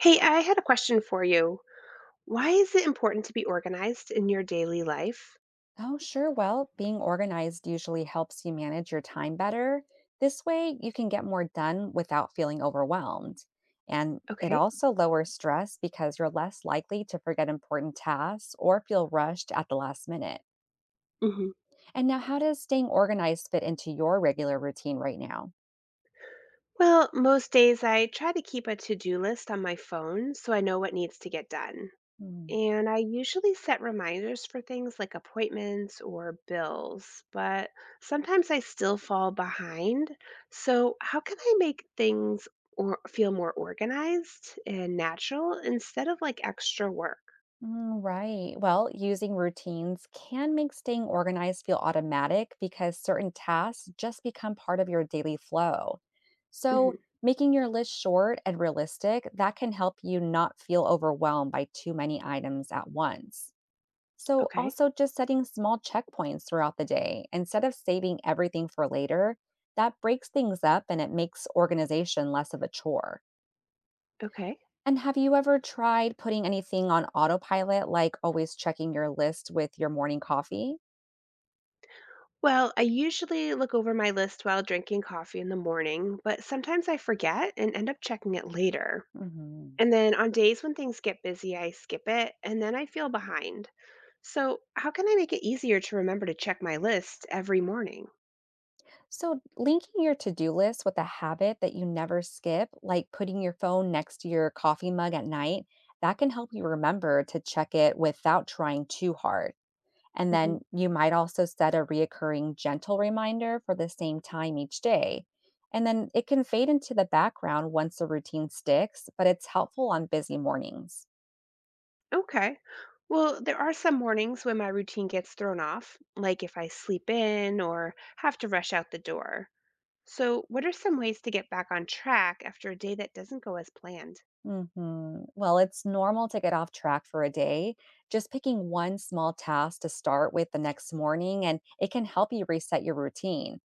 Hey, I had a question for you. Why is it important to be organized in your daily life? Oh, sure. Well, being organized usually helps you manage your time better. This way, you can get more done without feeling overwhelmed. And it Okay. also lowers stress because you're less likely to forget important tasks or feel rushed at the last minute. Hmm. And now, how does staying organized fit into your regular routine right now? Well, most days I try to keep a to do list on my phone so I know what needs to get done. And I usually set reminders for things like appointments or bills, but sometimes I still fall behind. So, how can I make things or feel more organized and natural instead of like extra work? Mm, right. Well, using routines can make staying organized feel automatic because certain tasks just become part of your daily flow. So, Hmm. making your list short and realistic, that can help you not feel overwhelmed by too many items at once. So, Okay. also just setting small checkpoints throughout the day instead of saving everything for later, that breaks things up and it makes organization less of a chore. Okay. And have you ever tried putting anything on autopilot, like always checking your list with your morning coffee? Well, I usually look over my list while drinking coffee in the morning, but sometimes I forget and end up checking it later. Mhm. And then on days when things get busy, I skip it and then I feel behind. So, how can I make it easier to remember to check my list every morning? So, linking your to do list with a habit that you never skip, like putting your phone next to your coffee mug at night, that can help you remember to check it without trying too hard. And Hmm. then you might also set a reoccurring gentle reminder for the same time each day. And then it can fade into the background once the routine sticks, but it's helpful on busy mornings. Okay. Well, there are some mornings when my routine gets thrown off, like if I sleep in or have to rush out the door. So, what are some ways to get back on track after a day that doesn't go as planned? Mhm. Well, it's normal to get off track for a day. Just picking one small task to start with the next morning, and it can help you reset your routine.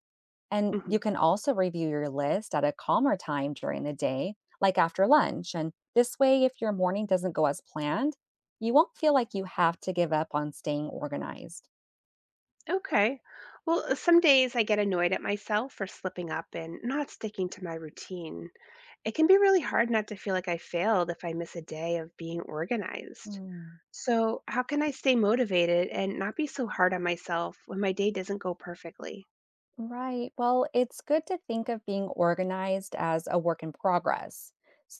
And Mhm. you can also review your list at a calmer time during the day, like after lunch. And this way, if your morning doesn't go as planned, you won't feel like you have to give up on staying organized. Okay. Well, some days I get annoyed at myself for slipping up and not sticking to my routine. It can be really hard not to feel like I failed if I miss a day of being organized. Mm. So, how can I stay motivated and not be so hard on myself when my day doesn't go perfectly? Right. Well, it's good to think of being organized as a work in progress.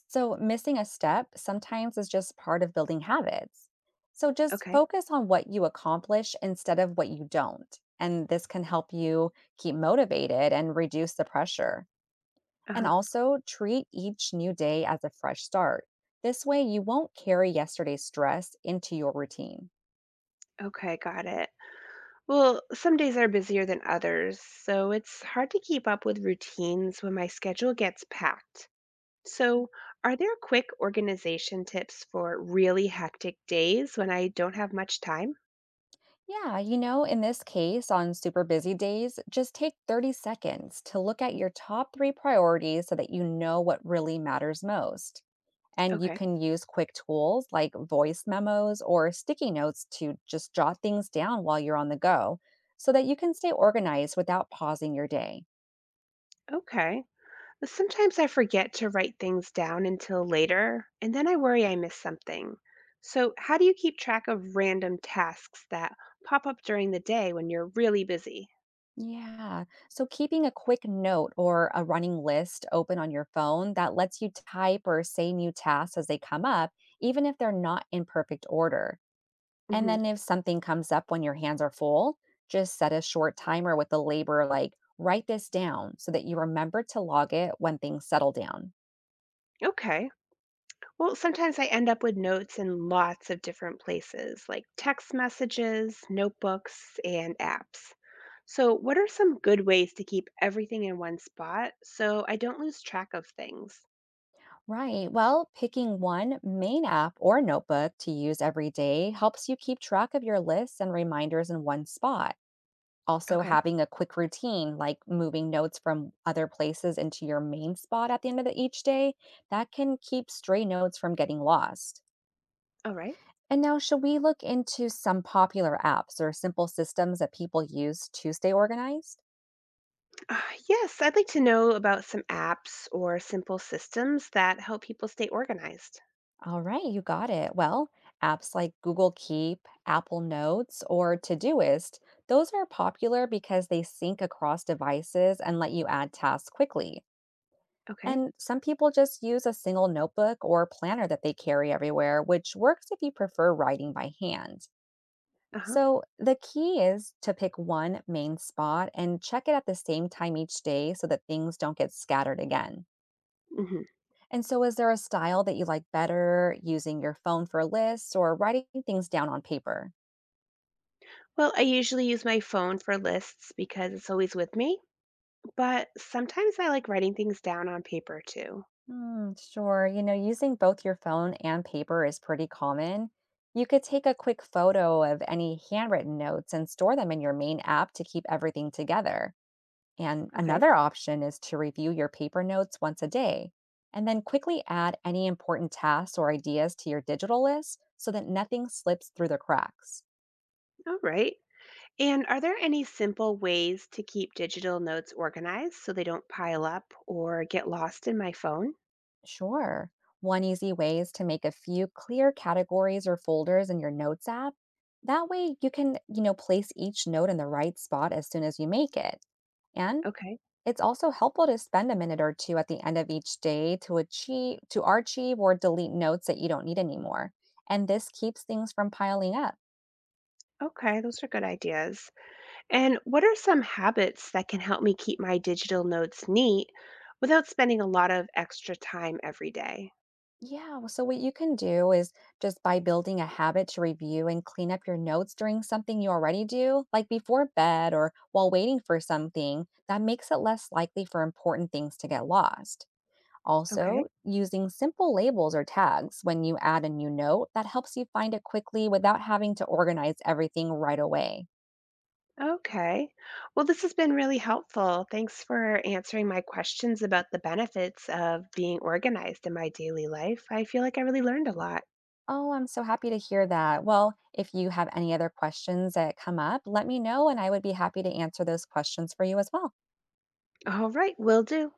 So, missing a step sometimes is just part of building habits. So, just Okay. focus on what you accomplish instead of what you don't. And this can help you keep motivated and reduce the pressure. And Uh-huh. also treat each new day as a fresh start. This way, you won't carry yesterday's stress into your routine. Okay, got it. Well, some days are busier than others, so it's hard to keep up with routines when my schedule gets packed. So, are there quick organization tips for really hectic days when I don't have much time? Yeah, in this case, on super busy days, just take 30 seconds to look at your top three priorities so that you know what really matters most. And you Okay, can use quick tools like voice memos or sticky notes to just jot things down while you're on the go so that you can stay organized without pausing your day. okay. Sometimes I forget to write things down until later, and then I worry I miss something. So, how do you keep track of random tasks that pop up during the day when you're really busy? Yeah. So keeping a quick note or a running list open on your phone that lets you type or say new tasks as they come up, even if they're not in perfect order. And Hmm. then if something comes up when your hands are full, just set a short timer with the labor like write this down so that you remember to log it when things settle down. Okay. Well, sometimes I end up with notes in lots of different places, like text messages, notebooks, and apps. So, what are some good ways to keep everything in one spot so I don't lose track of things? Right. Well, picking one main app or notebook to use every day helps you keep track of your lists and reminders in one spot. Also, Okay. having a quick routine like moving notes from other places into your main spot at the end of each day, that can keep stray notes from getting lost. All right. And now, should we look into some popular apps or simple systems that people use to stay organized? Uh, yes, I'd like to know about some apps or simple systems that help people stay organized. All right, you got it. Well, apps like Google Keep, Apple Notes, or Todoist, those are popular because they sync across devices and let you add tasks quickly. Okay. And some people just use a single notebook or planner that they carry everywhere, which works if you prefer writing by hand. Uh huh. So, the key is to pick one main spot and check it at the same time each day so that things don't get scattered again. Hmm. And so, is there a style that you like better, using your phone for lists or writing things down on paper? Well, I usually use my phone for lists because it's always with me, but sometimes I like writing things down on paper too. Hmm, sure. Using both your phone and paper is pretty common. You could take a quick photo of any handwritten notes and store them in your main app to keep everything together. And Okay. another option is to review your paper notes once a day and then quickly add any important tasks or ideas to your digital list so that nothing slips through the cracks. All right. And are there any simple ways to keep digital notes organized so they don't pile up or get lost in my phone? Sure. One easy way is to make a few clear categories or folders in your notes app. That way you can, place each note in the right spot as soon as you make it. And Okay. it's also helpful to spend a minute or two at the end of each day to achieve to archive or delete notes that you don't need anymore. And this keeps things from piling up. Okay, those are good ideas. And what are some habits that can help me keep my digital notes neat without spending a lot of extra time every day? Yeah, well, so what you can do is just by building a habit to review and clean up your notes during something you already do, like before bed or while waiting for something, that makes it less likely for important things to get lost. Okay. Also, using simple labels or tags when you add a new note that helps you find it quickly without having to organize everything right away. Okay. Well, this has been really helpful. Thanks for answering my questions about the benefits of being organized in my daily life. I feel like I really learned a lot. Oh, I'm so happy to hear that. Well, if you have any other questions that come up, let me know and I would be happy to answer those questions for you as well. All right, will do.